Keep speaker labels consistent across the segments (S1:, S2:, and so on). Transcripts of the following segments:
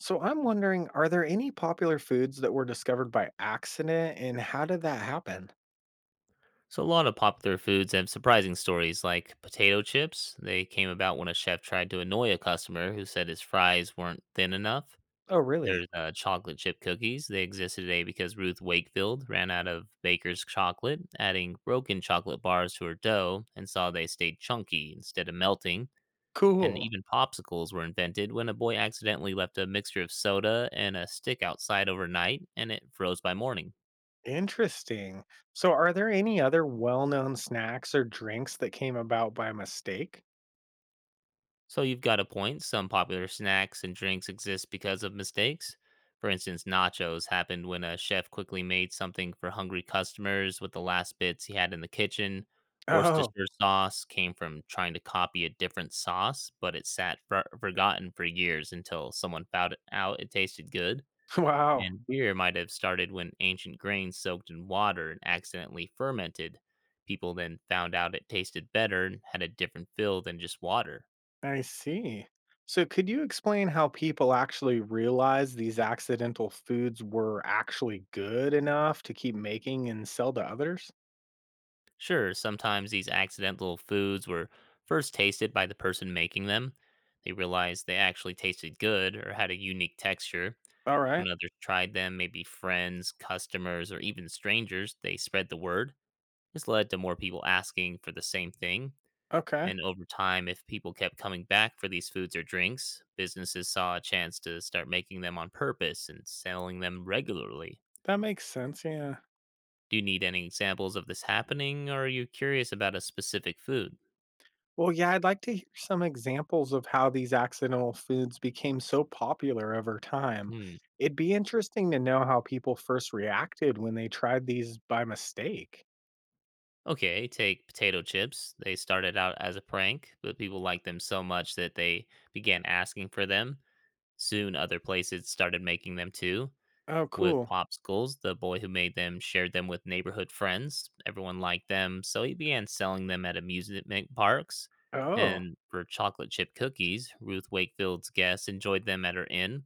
S1: So I'm wondering, are there any popular foods that were discovered by accident and how did that happen?
S2: So, a lot of popular foods have surprising stories, like potato chips. They came about when a chef tried to annoy a customer who said his fries weren't thin enough.
S1: Oh, really?
S2: There's chocolate chip cookies. They existed today because Ruth Wakefield ran out of baker's chocolate, adding broken chocolate bars to her dough and saw they stayed chunky instead of melting. And
S1: Cool.
S2: even popsicles were invented when a boy accidentally left a mixture of soda and a stick outside overnight and it froze by morning.
S1: Interesting. So are there any other well-known snacks or drinks that came about by mistake?
S2: So you've got a point. Some popular snacks and drinks exist because of mistakes. For instance, nachos happened when a chef quickly made something for hungry customers with the last bits he had in the kitchen.
S1: Oh,
S2: Worcestershire sauce came from trying to copy a different sauce, but it forgotten for years until someone found out it tasted good.
S1: wow.
S2: And beer might have started when ancient grains soaked in water and accidentally fermented. People then found out it tasted better and had a different feel than just water.
S1: I see. So could you explain how people actually realized these accidental foods were actually good enough to keep making and sell to others?
S2: Sure, sometimes these accidental foods were first tasted by the person making them. They realized they actually tasted good or had a unique texture.
S1: All
S2: When
S1: right.
S2: others tried them, maybe friends, customers, or even strangers, they spread the word. This led to more people asking for the same thing.
S1: Okay.
S2: And over time, if people kept coming back for these foods or drinks, businesses saw a chance to start making them on purpose and selling them regularly.
S1: That makes sense. Yeah.
S2: Do you need any examples of this happening, or are you curious about a specific food?
S1: Well, yeah, I'd like to hear some examples of how these accidental foods became so popular over time.
S2: Hmm.
S1: It'd be interesting to know how people first reacted when they tried these by mistake.
S2: Okay, take potato chips. They started out as a prank, but people liked them so much that they began asking for them. Soon, other places started making them too.
S1: Oh,
S2: With
S1: cool.
S2: popsicles, the boy who made them shared them with neighborhood friends. Everyone liked them, so he began selling them at amusement parks.
S1: Oh,
S2: And for chocolate chip cookies, Ruth Wakefield's guests enjoyed them at her inn.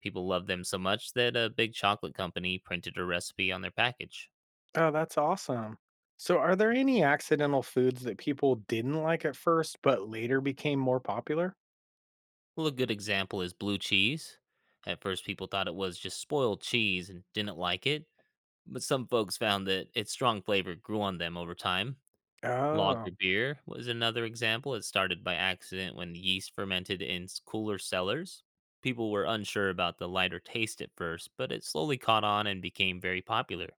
S2: People loved them so much that a big chocolate company printed a recipe on their package.
S1: oh, that's awesome. So, are there any accidental foods that people didn't like at first but later became more popular?
S2: Well, a good example is blue cheese. At first, people thought it was just spoiled cheese and didn't like it, but some folks found that its strong flavor grew on them over time. Lager
S1: Oh.
S2: beer was another example. It started by accident when yeast fermented in cooler cellars. People were unsure about the lighter taste at first, but it slowly caught on and became very popular.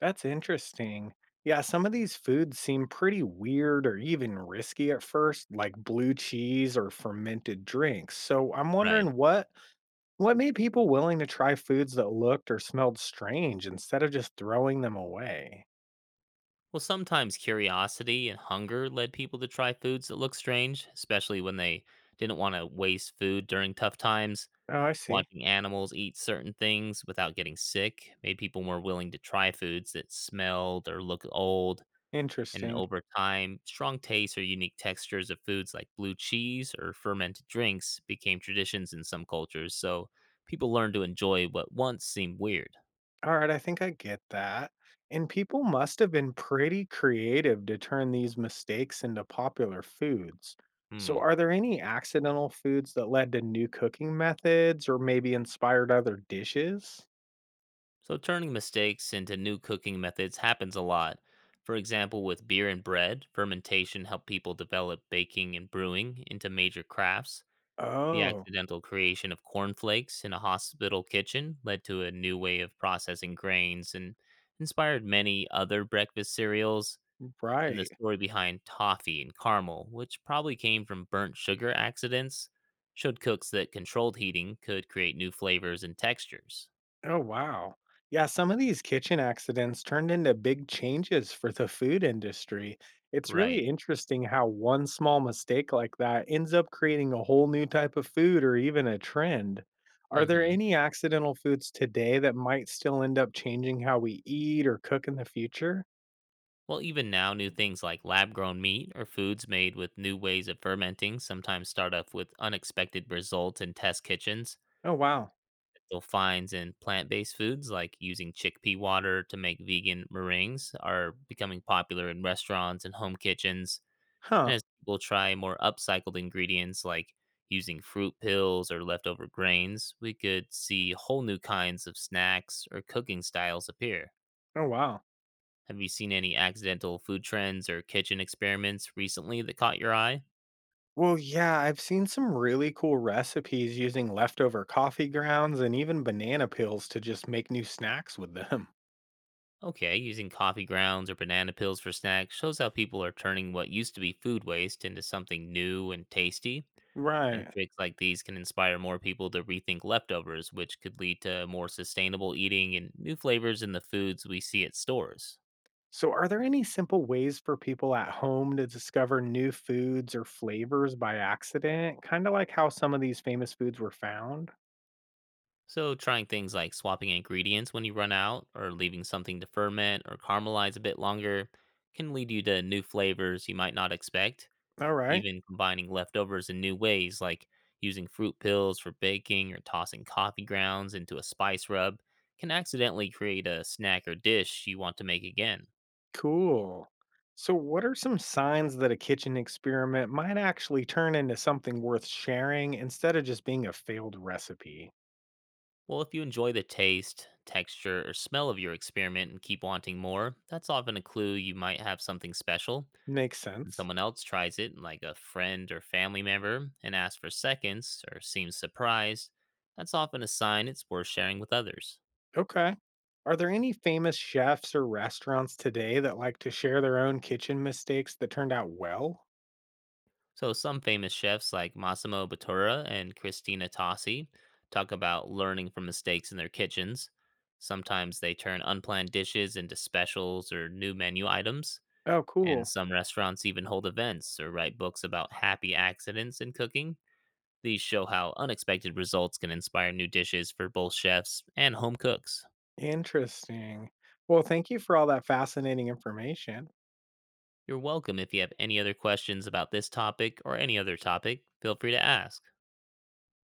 S1: That's interesting. Yeah, some of these foods seem pretty weird or even risky at first, like blue cheese or fermented drinks. So I'm
S2: Right.
S1: wondering what made people willing to try foods that looked or smelled strange instead of just throwing them away.
S2: Well, sometimes curiosity and hunger led people to try foods that looked strange, especially when they didn't want to waste food during tough times.
S1: Oh, I see.
S2: Watching animals eat certain things without getting sick made people more willing to try foods that smelled or looked old. And
S1: Interesting.
S2: over time, strong tastes or unique textures of foods like blue cheese or fermented drinks became traditions in some cultures. So people learned to enjoy what once seemed weird.
S1: Alright, I think I get that. And people must have been pretty creative to turn these mistakes into popular foods. So,
S2: Hmm.
S1: are there any accidental foods that led to new cooking methods or maybe inspired other dishes?
S2: So turning mistakes into new cooking methods happens a lot. For example, with beer and bread, fermentation helped people develop baking and brewing into major crafts. The
S1: Oh,
S2: accidental creation of cornflakes in a hospital kitchen led to a new way of processing grains and inspired many other breakfast cereals. And the
S1: right.
S2: story behind toffee and caramel, which probably came from burnt sugar accidents, showed cooks that controlled heating could create new flavors and textures.
S1: Oh, wow. Yeah, some of these kitchen accidents turned into big changes for the food industry. It's really
S2: Right.
S1: interesting how one small mistake like that ends up creating a whole new type of food or even a trend. Are there
S2: Hmm.
S1: any accidental foods today that might still end up changing how we eat or cook in the future?
S2: Well, even now, new things like lab grown meat or foods made with new ways of fermenting sometimes start off with unexpected results in test kitchens.
S1: Oh, wow.
S2: You'll find in plant-based foods like using chickpea water to make vegan meringues are becoming popular in restaurants and home kitchens. And
S1: Huh.
S2: as people try more upcycled ingredients like using fruit peels or leftover grains, we could see whole new kinds of snacks or cooking styles appear.
S1: Oh, wow.
S2: Have you seen any accidental food trends or kitchen experiments recently that caught your eye?
S1: Well, yeah, I've seen some really cool recipes using leftover coffee grounds and even banana peels to just make new snacks with them.
S2: Okay, using coffee grounds or banana peels for snacks shows how people are turning what used to be food waste into something new and tasty. And
S1: Right.
S2: tricks like these can inspire more people to rethink leftovers, which could lead to more sustainable eating and new flavors in the foods we see at stores.
S1: So, are there any simple ways for people at home to discover new foods or flavors by accident? Kind of like how some of these famous foods were found?
S2: So, trying things like swapping ingredients when you run out, or leaving something to ferment or caramelize a bit longer, can lead you to new flavors you might not expect.
S1: All right,
S2: Even combining leftovers in new ways, like using fruit peels for baking or tossing coffee grounds into a spice rub, can accidentally create a snack or dish you want to make again.
S1: cool. So, what are some signs that a kitchen experiment might actually turn into something worth sharing instead of just being a failed recipe?
S2: Well, if you enjoy the taste, texture, or smell of your experiment and keep wanting more, that's often a clue you might have something special.
S1: Makes
S2: When
S1: sense.
S2: someone else tries it, like a friend or family member, and asks for seconds or seems surprised, that's often a sign it's worth sharing with others.
S1: Okay. Are there any famous chefs or restaurants today that like to share their own kitchen mistakes that turned out well?
S2: So some famous chefs like Massimo Bottura and Christina Tossi talk about learning from mistakes in their kitchens. Sometimes they turn unplanned dishes into specials or new menu items,
S1: Oh,
S2: and
S1: cool.
S2: some restaurants even hold events or write books about happy accidents in cooking. These show how unexpected results can inspire new dishes for both chefs and home cooks.
S1: Interesting. Well, thank you for all that fascinating information.
S2: You're welcome. If you have any other questions about this topic or any other topic, feel free to ask.